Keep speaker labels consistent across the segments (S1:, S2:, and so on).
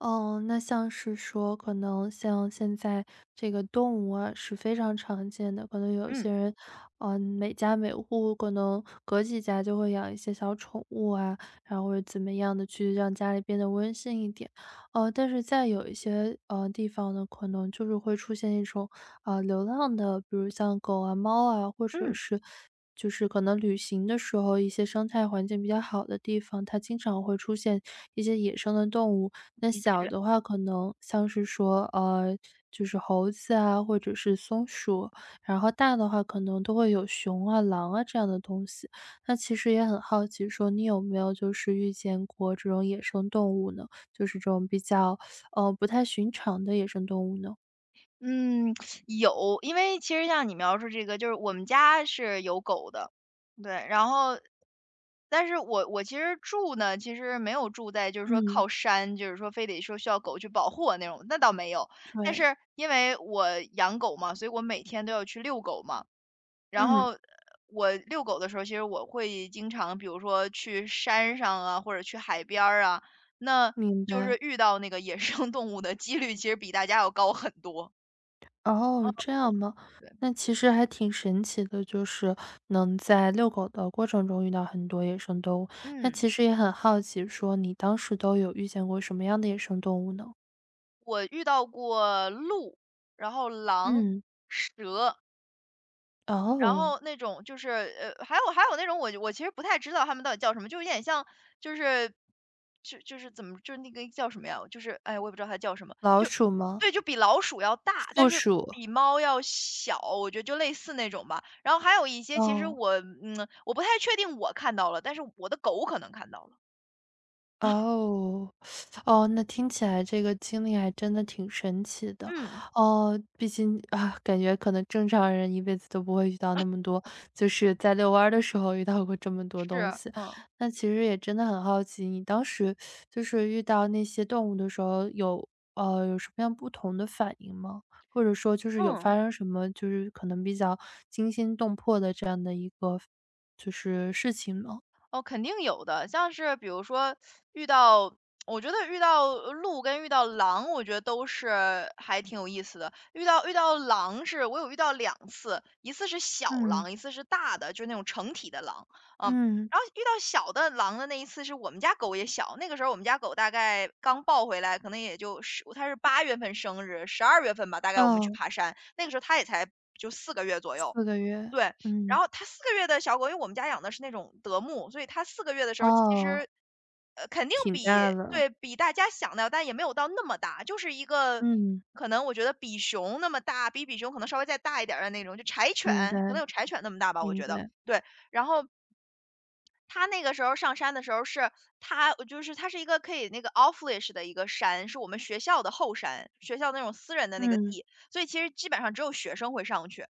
S1: 哦，那像是说，可能像现在这个动物啊是非常常见的，可能有
S2: 嗯
S1: 些人，每家每户可能隔几家就会养一些小宠物啊，然后或者怎么样的去让家里变得温馨一点。哦，但是在有一些地方呢，可能就是会出现一种流浪的，比如像狗啊、猫啊，或者
S2: 嗯
S1: 是。就是可能旅行的时候，一些生态环境比较好的地方，它经常会出现一些野生的动物，那小的话可能像是说，就是猴子啊，或者是松鼠，然后大的话可能都会有熊啊、狼啊这样的东西。那其实也很好奇说你有没有就是遇见过这种野生动物呢？就是这种比较，不太寻常的野生动物呢？
S2: 嗯，有，因为其实像你描述这个，就是我们家是有狗的，对，然后，但是我其实住呢，其实没有住在就是说
S1: 嗯，
S2: 靠山，就是说非得说需要狗去保护我那种，那倒没有。但
S1: 对，
S2: 是因为我养狗嘛，所以我每天都要去遛狗嘛，然
S1: 嗯，
S2: 后我遛狗的时候，其实我会经常比如说去山上啊，或者去海边儿啊，那
S1: 明
S2: 就是
S1: 白。
S2: 遇到那个野生动物的几率其实比大家要高很多。嗯，
S1: 哦，这样吗？
S2: 对，
S1: 那其实还挺神奇的，就是能在遛狗的过程中遇到很多野生动物。那
S2: 嗯，
S1: 其实也很好奇，说你当时都有遇见过什么样的野生动物呢？
S2: 我遇到过鹿，然后狼、
S1: 嗯，
S2: 蛇。然
S1: 哦，
S2: 后那种就是还有那种我其实不太知道他们到底叫什么，就有点像就是就是怎么就是那个叫什么呀？就是哎，我也不知道它叫什么，
S1: 老
S2: 就
S1: 鼠吗？
S2: 对，就比老鼠要大，但
S1: 负
S2: 是
S1: 鼠，
S2: 比猫要小，我觉得就类似那种吧。然后还有一些其实
S1: 哦。
S2: 我嗯，我不太确定我看到了，但是我的狗可能看到了。
S1: 哦，哦，那听起来这个经历还真的挺神奇的。
S2: 嗯，
S1: 哦，毕竟啊，感觉可能正常人一辈子都不会遇到那么多，就是在遛弯儿的时候遇到过这么多东
S2: 是，
S1: 西。
S2: 嗯
S1: 那其实也真的很好奇，你当时就是遇到那些动物的时候有，有什么样不同的反应吗？或者说就是有
S2: 嗯。
S1: 发生什么就是可能比较惊心动魄的这样的一个就是事情吗？
S2: 哦，肯定有的。像是比如说遇到我觉得遇到鹿跟遇到狼，我觉得都是还挺有意思的。遇到狼是我有遇到两次，一次是小
S1: 嗯，
S2: 狼，一次是大的，就是那种成体的狼，嗯。
S1: 嗯，
S2: 然后遇到小的狼的那一次是我们家狗也小，那个时候我们家狗大概刚抱回来，可能也就是它是8月份生日12月份吧，大概我们去
S1: 嗯。
S2: 爬山，那个时候它也才就四个月左右。
S1: 四个月，
S2: 对，然
S1: 嗯，
S2: 后它四个月的小狗因为我们家养的是那种德牧，所以它四个月的时候其
S1: 哦，
S2: 实，肯定
S1: 挺
S2: 比
S1: 大的，
S2: 对，比大家想的，但也没有到那么大，就是一个
S1: 嗯，
S2: 可能我觉得比熊那么大，比比熊可能稍微再大一点儿的那种，就柴
S1: 明
S2: 犬，可能
S1: 白
S2: 有柴犬那么大吧，我
S1: 明
S2: 觉得，
S1: 白，
S2: 对。然后它那个时候上山的时候是它是一个可以那个 off leash 的一个山，是我们学校的后山，学校那种私人的那个
S1: 嗯，
S2: 地，所以其实基本上只有学生会上去。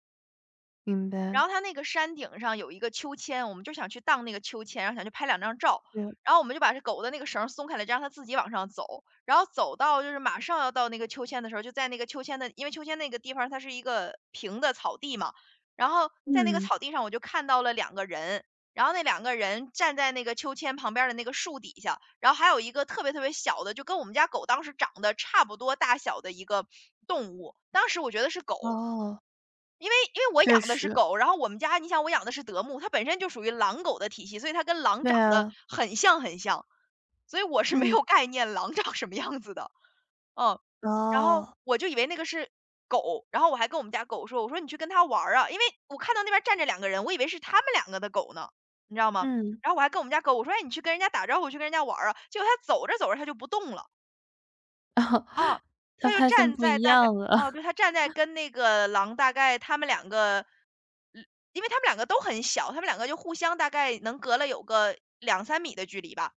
S1: 明
S2: 然
S1: 白，
S2: 后它那个山顶上有一个秋千，我们就想去荡那个秋千，然后想去拍两张照。
S1: 是，
S2: 然后我们就把这狗的那个绳儿松开了，就让它自己往上走。然后走到就是马上要到那个秋千的时候，就在那个秋千的因为秋千那个地方它是一个平的草地嘛，然后在那个
S1: 嗯，
S2: 草地上我就看到了两个人，然后那两个人站在那个秋千旁边的那个树底下，然后还有一个特别特别小的，就跟我们家狗当时长得差不多大小的一个动物，当时我觉得是狗。
S1: 哦，
S2: 因为我
S1: 确
S2: 养的是
S1: 实，
S2: 狗，然后我们家你想我养的是德牧，它本身就属于狼狗的体系，所以它跟狼
S1: 对
S2: 长得
S1: 啊，
S2: 很像很像，所以我是没
S1: 嗯，
S2: 有概念狼长什么样子的，嗯，然后
S1: 哦，
S2: 我就以为那个是狗，然后我还跟我们家狗说，我说你去跟它玩儿啊，因为我看到那边站着两个人，我以为是他们两个的狗呢，你知道吗？
S1: 嗯，
S2: 然后我还跟我们家狗我说，哎，你去跟人家打招呼，去跟人家玩儿啊，结果它走着走着它就不动了。
S1: 哦，
S2: 哦，他
S1: 他
S2: 就
S1: 发现
S2: 站
S1: 不
S2: 在
S1: 一
S2: 大概
S1: 样了，
S2: 哦，对，他站在跟那个狼大概他们两个，嗯因为他们两个都很小，他们两个就互相大概能隔了有个两三米的距离吧。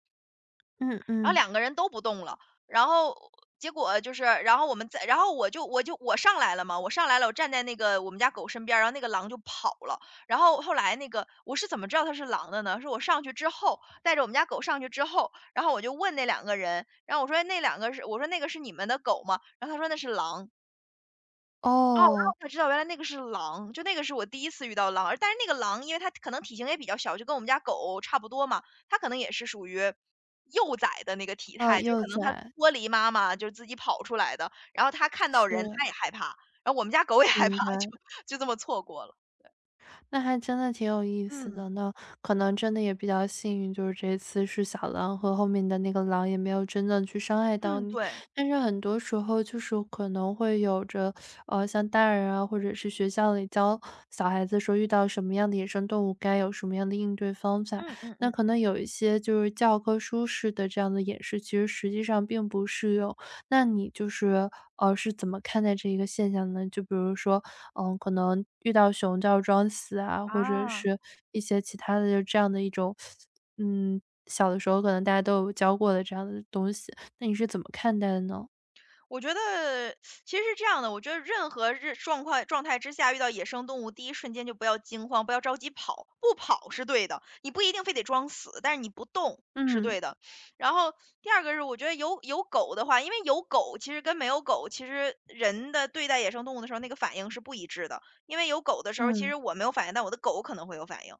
S1: 嗯
S2: 然后
S1: 嗯，
S2: 两个人都不动了，然后结果就是，然后我们在，然后我上来了嘛，我上来了，我站在那个我们家狗身边儿，然后那个狼就跑了，然后后来那个我是怎么知道它是狼的呢？是我上去之后，带着我们家狗上去之后，然后我就问那两个人，然后我说哎那两个是，我说那个是你们的狗吗？然后他说那是狼，哦，然后
S1: 哦，
S2: 我才知道原来那个是狼，就那个是我第一次遇到狼，而但是那个狼，因为它可能体型也比较小，就跟我们家狗差不多嘛，它可能也是属于幼崽的那个体
S1: 嗯，
S2: 态，就
S1: 幼
S2: 可能它
S1: 崽，
S2: 脱离妈妈就是自己跑出来的，然后它看到
S1: 是，
S2: 人它也害怕，然后我们家狗也害怕，
S1: 明白。
S2: 就这么错过了。
S1: 那还真的挺有意思
S2: 嗯，
S1: 的呢，可能真的也比较幸运，就是这次是小狼和后面的那个狼也没有真的去伤害到
S2: 嗯，
S1: 你。
S2: 对，
S1: 但是很多时候就是可能会有着，像大人啊，或者是学校里教小孩子说遇到什么样的野生动物该有什么样的应对方法，
S2: 嗯嗯
S1: 那
S2: 嗯，
S1: 可能有一些就是教科书式的这样的演示，其实实际上并不适用。那你就是，是怎么看待这一个现象呢？就比如说，嗯，可能遇到熊叫装死啊，或者
S2: 啊。
S1: 是一些其他的就这样的一种，嗯，小的时候可能大家都有教过的这样的东西，那你是怎么看待的呢？
S2: 我觉得其实是这样的，我觉得任何日状况状态之下遇到野生动物，第一瞬间就不要惊慌，不要着急跑，不跑是对的，你不一定非得装死，但是你不动是
S1: 嗯，
S2: 对的。然后第二个是，我觉得有狗的话，因为有狗其实跟没有狗，其实人的对待野生动物的时候那个反应是不一致的。因为有狗的时候，其实
S1: 嗯，
S2: 我没有反应，但我的狗可能会有反应。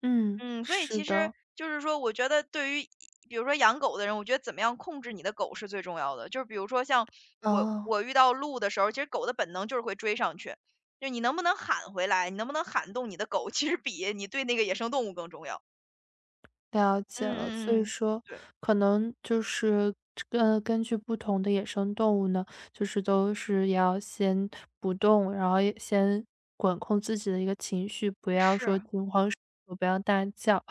S1: 嗯，
S2: 嗯，所以
S1: 是
S2: 其实
S1: 的，
S2: 就是说，我觉得对于比如说养狗的人，我觉得怎么样控制你的狗是最重要的。就是比如说像我，
S1: 哦。
S2: 我遇到鹿的时候，其实狗的本能就是会追上去，就你能不能喊回来，你能不能喊动你的狗，其实比你对那个野生动物更重要。
S1: 了解了，所
S2: 嗯
S1: 以
S2: 嗯嗯，
S1: 说
S2: 对，
S1: 可能就是根据不同的野生动物呢，就是都是要先不动，然后也先管控自己的一个情绪，不要说
S2: 是，
S1: 惊慌失措不要大叫。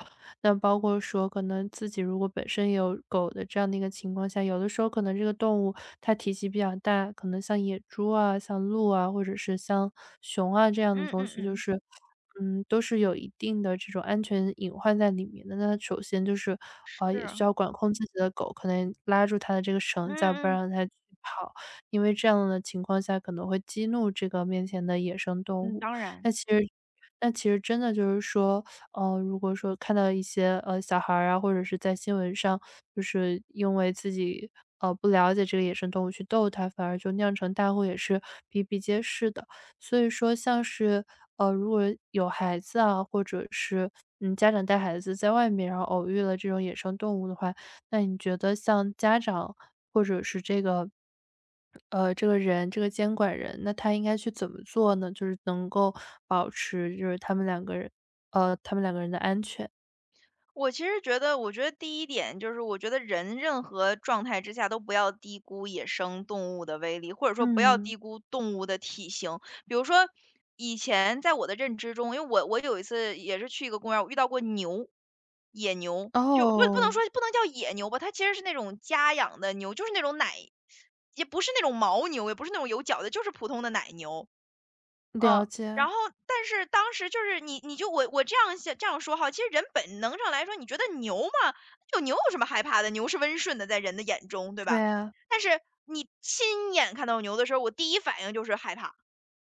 S1: 那包括说可能自己如果本身也有狗的这样的一个情况下，有的时候可能这个动物它体积比较大，可能像野猪啊、像鹿啊，或者是像熊啊这样的
S2: 嗯
S1: 东
S2: 嗯
S1: 西，就
S2: 嗯，
S1: 是嗯，都是有一定的这种安全隐患在里面的。那首先就是，
S2: 是，
S1: 也需要管控自己的狗，可能拉住它的这个
S2: 嗯
S1: 绳子啊不
S2: 嗯
S1: 让它去跑，因为这样的情况下可能会激怒这个面前的野生动
S2: 嗯，
S1: 物。
S2: 当
S1: 那
S2: 然。
S1: 其实，那其实真的就是说，如果说看到一些小孩儿啊，或者是在新闻上，就是因为自己不了解这个野生动物去逗它，反而就酿成大祸，也是比比皆是的。所以说，像是如果有孩子啊，或者是嗯家长带孩子在外面，然后偶遇了这种野生动物的话，那你觉得像家长或者是这个这个人，这个监管人，那他应该去怎么做呢？就是能够保持，就是他们两个人他们两个人的安全。
S2: 我其实觉得，我觉得第一点就是，我觉得人任何状态之下都不要低估野生动物的威力，或者说不要
S1: 嗯，
S2: 低估动物的体型。比如说，以前在我的认知中，因为我有一次也是去一个公园我遇到过牛，野牛，就不能说
S1: 哦，
S2: 不能叫野牛吧，它其实是那种家养的牛，就是那种奶，也不是那种牦牛，也不是那种有角的，就是普通的奶牛。
S1: 了
S2: 嗯，然
S1: 解，
S2: 后但是当时就是你就我这样想这样说哈，其实人本能上来说，你觉得牛嘛，就牛有什么害怕的？牛是温顺的，在人的眼中，对
S1: 对
S2: 吧？
S1: 啊，
S2: 但是你亲眼看到牛的时候，我第一反应就是害怕。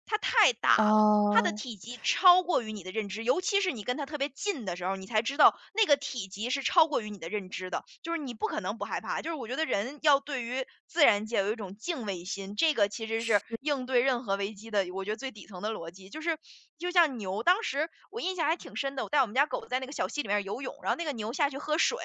S2: 它太大了，它的
S1: 哦，
S2: 体积超过于你的认知，尤其是你跟它特别近的时候，你才知道那个体积是超过于你的认知的，就是你不可能不害怕。就是我觉得人要对于自然界有一种敬畏心，这个其实是
S1: 是
S2: 应对任何危机的，我觉得最底层的逻辑。就是就像牛，当时我印象还挺深的，我带我们家狗在那个小溪里面游泳，然后那个牛下去喝水，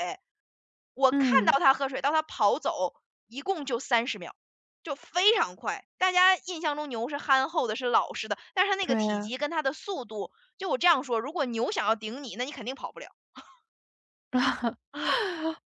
S2: 我看到
S1: 嗯，
S2: 它喝水到它跑走，一共就30秒。就非常快。大家印象中牛是憨厚的，是老实的，但是它那个
S1: 对
S2: 体
S1: 啊。
S2: 积跟它的速度，就我这样说，如果牛想要顶你，那你肯定跑不了。啊，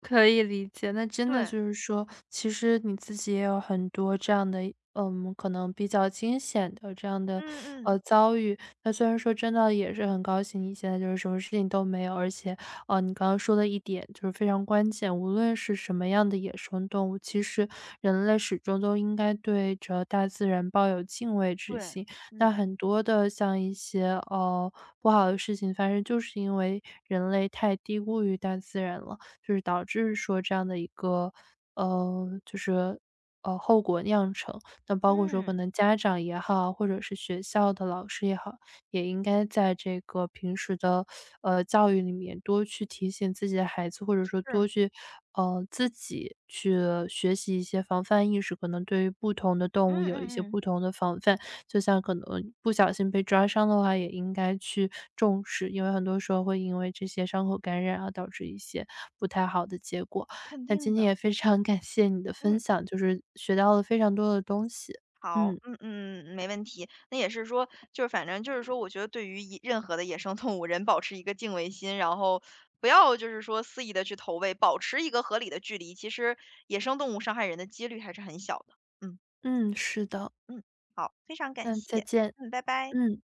S1: 可以理解，那真的
S2: 对，
S1: 就是说，其实你自己也有很多这样的，嗯，可能比较惊险的这样的，
S2: 嗯嗯，
S1: 遭遇。那虽然说真的也是很高兴你现在就是什么事情都没有，而且，你刚刚说的一点就是非常关键，无论是什么样的野生动物，其实人类始终都应该对着大自然抱有敬畏之
S2: 对，
S1: 心。那
S2: 嗯
S1: 很多的像一些，呃，不好的事情发生，就是因为人类太低估于大自然了。就是导致说这样的一个，就是，后果酿成。那包括说可
S2: 嗯，
S1: 能家长也好，或者是学校的老师也好，也应该在这个平时的，教育里面多去提醒自己的孩子，或者说多
S2: 是，
S1: 去，自己去学习一些防范意识，可能对于不同的
S2: 嗯
S1: 动物有一些
S2: 嗯
S1: 不
S2: 嗯。
S1: 同的防范。就像可能不小心被抓伤的话，也应该去重视，因为很多时候会因为这些伤口感染啊，导致一些不太好的结果。
S2: 肯
S1: 那
S2: 定
S1: 今天
S2: 的，
S1: 也非常感谢你的
S2: 嗯，
S1: 分享，就是学到了非常多的东西。
S2: 好，
S1: 嗯
S2: 嗯嗯，没问题。那也是说，就是反正就是说，我觉得对于一任何的野生动物，人保持一个敬畏心，然后不要就是说肆意的去投喂，保持一个合理的距离，其实野生动物伤害人的几率还是很小的。嗯。
S1: 嗯，是的，
S2: 嗯，好，非常感
S1: 那再
S2: 谢。
S1: 见，
S2: 嗯，拜拜。
S1: 嗯。